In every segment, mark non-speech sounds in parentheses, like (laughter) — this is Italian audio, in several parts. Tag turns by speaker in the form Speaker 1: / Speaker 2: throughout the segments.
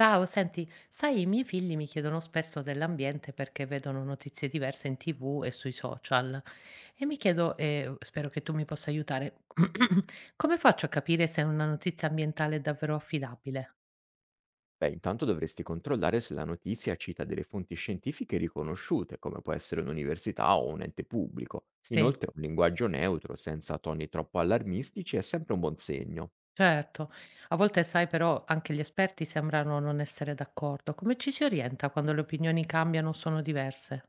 Speaker 1: Ciao, senti, sai, i miei figli mi chiedono spesso dell'ambiente perché vedono notizie diverse in TV e sui social e mi chiedo, e spero che tu mi possa aiutare, (clears throat) come faccio a capire se una notizia ambientale è davvero affidabile?
Speaker 2: Beh, intanto dovresti controllare se la notizia cita delle fonti scientifiche riconosciute, come può essere un'università o un ente pubblico.
Speaker 1: Sì,
Speaker 2: Inoltre, un linguaggio neutro, senza toni troppo allarmistici, è sempre un buon segno.
Speaker 1: certo. A volte, sai, però anche gli esperti sembrano non essere d'accordo. Come ci si orienta quando le opinioni cambiano o sono diverse?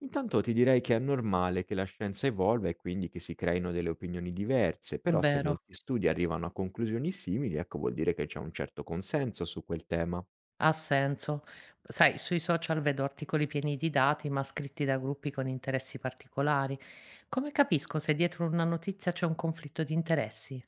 Speaker 2: Intanto ti direi che è normale che la scienza evolva e quindi che si creino delle opinioni diverse, però se
Speaker 1: Vero.
Speaker 2: molti studi arrivano a conclusioni simili, ecco vuol dire che c'è un certo consenso su quel tema.
Speaker 1: Ha senso. Sai, sui social vedo articoli pieni di dati, ma scritti da gruppi con interessi particolari. Come capisco se dietro una notizia c'è un conflitto di interessi?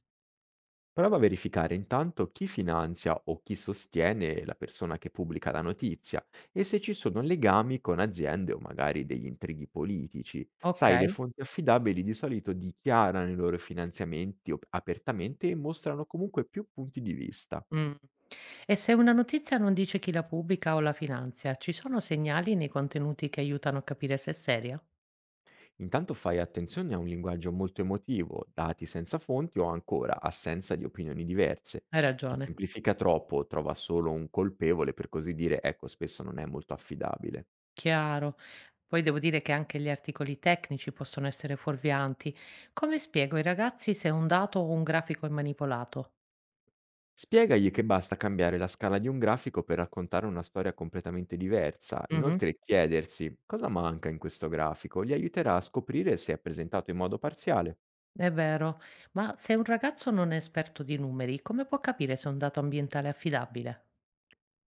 Speaker 2: Prova a verificare intanto chi finanzia o chi sostiene la persona che pubblica la notizia e se ci sono legami con aziende o magari degli intrighi politici.
Speaker 1: Ok.
Speaker 2: Sai, le fonti affidabili di solito dichiarano i loro finanziamenti apertamente e mostrano comunque più punti di vista.
Speaker 1: Mm. E se una notizia non dice chi la pubblica o la finanzia, ci sono segnali nei contenuti che aiutano a capire se è seria?
Speaker 2: Intanto fai attenzione a un linguaggio molto emotivo, dati senza fonti o ancora assenza di opinioni diverse.
Speaker 1: Hai
Speaker 2: Chi
Speaker 1: ragione.
Speaker 2: semplifica troppo o trova solo un colpevole, per così dire, ecco, spesso non è molto affidabile.
Speaker 1: Chiaro. Poi devo dire che anche gli articoli tecnici possono essere fuorvianti. Come spiego ai ragazzi se un dato o un grafico è manipolato?
Speaker 2: Spiegagli che basta cambiare la scala di un grafico per raccontare una storia completamente diversa.
Speaker 1: Mm-hmm.
Speaker 2: Inoltre chiedersi cosa manca in questo grafico gli aiuterà a scoprire se è presentato in modo parziale.
Speaker 1: È vero, ma se un ragazzo non è esperto di numeri, come può capire se un dato ambientale è affidabile?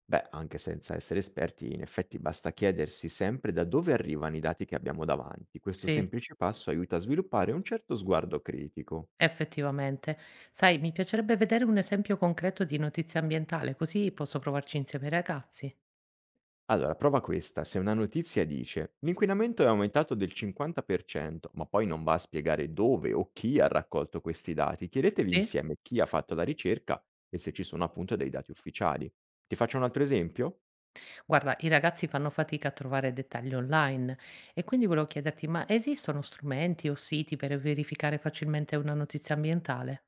Speaker 2: Beh, anche senza essere esperti, in effetti basta chiedersi sempre da dove arrivano i dati che abbiamo davanti. Questo
Speaker 1: Sì,
Speaker 2: semplice passo aiuta a sviluppare un certo sguardo critico.
Speaker 1: effettivamente. Sai, mi piacerebbe vedere un esempio concreto di notizia ambientale, così posso provarci insieme ai ragazzi.
Speaker 2: Allora, prova questa. Se una notizia dice l'inquinamento è aumentato del 50%, ma poi non va a spiegare dove o chi ha raccolto questi dati, chiedetevi
Speaker 1: Sì?
Speaker 2: insieme chi ha fatto la ricerca e se ci sono appunto dei dati ufficiali. Ti faccio un altro esempio?
Speaker 1: Guarda, i ragazzi fanno fatica a trovare dettagli online e quindi volevo chiederti, ma esistono strumenti o siti per verificare facilmente una notizia ambientale?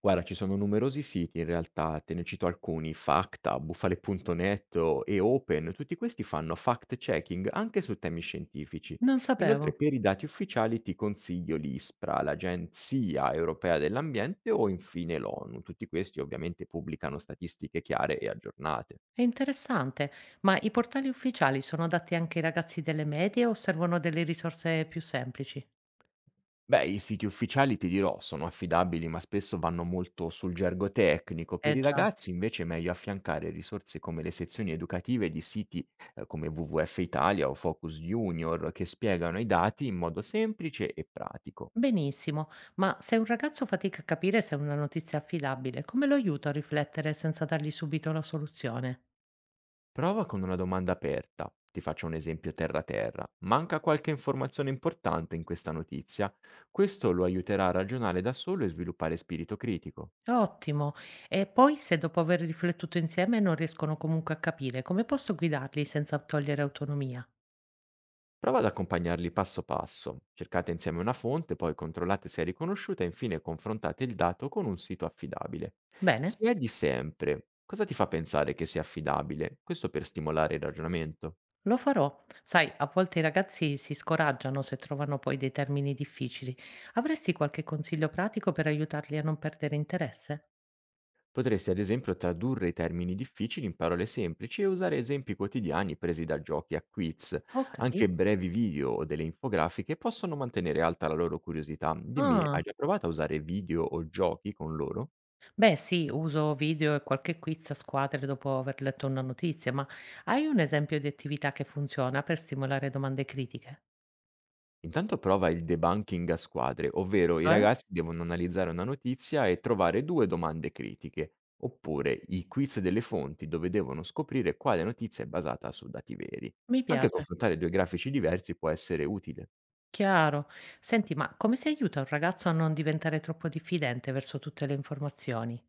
Speaker 2: Guarda, ci sono numerosi siti in realtà, te ne cito alcuni, Facta, Bufale.net e Open, tutti questi fanno fact-checking anche su temi scientifici.
Speaker 1: Non sapevo.
Speaker 2: Inoltre, per i dati ufficiali ti consiglio l'ISPRA, l'Agenzia Europea dell'Ambiente o infine l'ONU. Tutti questi ovviamente pubblicano statistiche chiare e aggiornate.
Speaker 1: È interessante, ma i portali ufficiali sono adatti anche ai ragazzi delle medie o servono delle risorse più semplici?
Speaker 2: Beh, i siti ufficiali, ti dirò, sono affidabili, ma spesso vanno molto sul gergo tecnico. Per
Speaker 1: Eh
Speaker 2: i
Speaker 1: già.
Speaker 2: ragazzi invece è meglio affiancare risorse come le sezioni educative di siti come WWF Italia o Focus Junior, che spiegano i dati in modo semplice e pratico.
Speaker 1: Benissimo, ma se un ragazzo fatica a capire se è una notizia affidabile, come lo aiuto a riflettere senza dargli subito la soluzione?
Speaker 2: Prova con una domanda aperta. Ti faccio un esempio terra-terra. Manca qualche informazione importante in questa notizia? Questo lo aiuterà a ragionare da solo e sviluppare spirito critico.
Speaker 1: Ottimo. E poi se dopo aver riflettuto insieme non riescono comunque a capire, come posso guidarli senza togliere autonomia?
Speaker 2: Prova ad accompagnarli passo passo. Cercate insieme una fonte, poi controllate se è riconosciuta e infine confrontate il dato con un sito affidabile.
Speaker 1: Bene?
Speaker 2: Chiedi sempre cosa ti fa pensare che sia affidabile, questo per stimolare il ragionamento.
Speaker 1: Lo farò. Sai, a volte i ragazzi si scoraggiano se trovano poi dei termini difficili. Avresti qualche consiglio pratico per aiutarli a non perdere interesse?
Speaker 2: Potresti ad esempio tradurre i termini difficili in parole semplici e usare esempi quotidiani presi da giochi a quiz.
Speaker 1: Ok.
Speaker 2: Anche brevi video o delle infografiche possono mantenere alta la loro curiosità. Dimmi, hai
Speaker 1: Ah,
Speaker 2: già provato a usare video o giochi con loro?
Speaker 1: beh, sì, uso video e qualche quiz a squadre dopo aver letto una notizia, ma hai un esempio di attività che funziona per stimolare domande critiche?
Speaker 2: Intanto prova il debunking a squadre, ovvero i
Speaker 1: Eh?
Speaker 2: ragazzi devono analizzare una notizia e trovare due domande critiche, oppure i quiz delle fonti dove devono scoprire quale notizia è basata su dati veri.
Speaker 1: Mi
Speaker 2: Anche
Speaker 1: piace.
Speaker 2: confrontare due grafici diversi può essere utile.
Speaker 1: Chiaro. Senti, ma come si aiuta un ragazzo a non diventare troppo diffidente verso tutte le informazioni?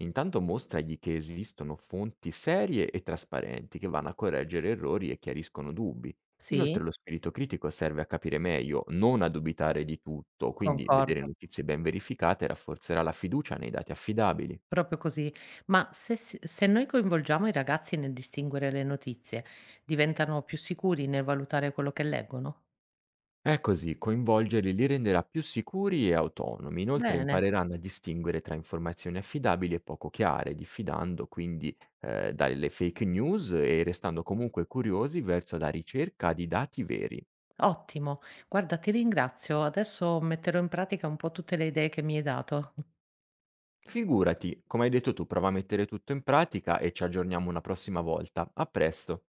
Speaker 2: Intanto mostragli che esistono fonti serie e trasparenti che vanno a correggere errori e chiariscono dubbi. Inoltre
Speaker 1: Sì,
Speaker 2: lo spirito critico serve a capire meglio, non a dubitare di tutto, quindi vedere
Speaker 1: concordo.
Speaker 2: notizie ben verificate rafforzerà la fiducia nei dati affidabili.
Speaker 1: Proprio così. Ma se noi coinvolgiamo i ragazzi nel distinguere le notizie, diventano più sicuri nel valutare quello che leggono?
Speaker 2: È così, coinvolgerli li renderà più sicuri e autonomi, inoltre
Speaker 1: Bene,
Speaker 2: impareranno a distinguere tra informazioni affidabili e poco chiare, diffidando quindi dalle fake news e restando comunque curiosi verso la ricerca di dati veri.
Speaker 1: ottimo. Guarda, ti ringrazio. Adesso metterò in pratica un po' tutte le idee che mi hai dato.
Speaker 2: Figurati, come hai detto tu, prova a mettere tutto in pratica e ci aggiorniamo una prossima volta. A presto!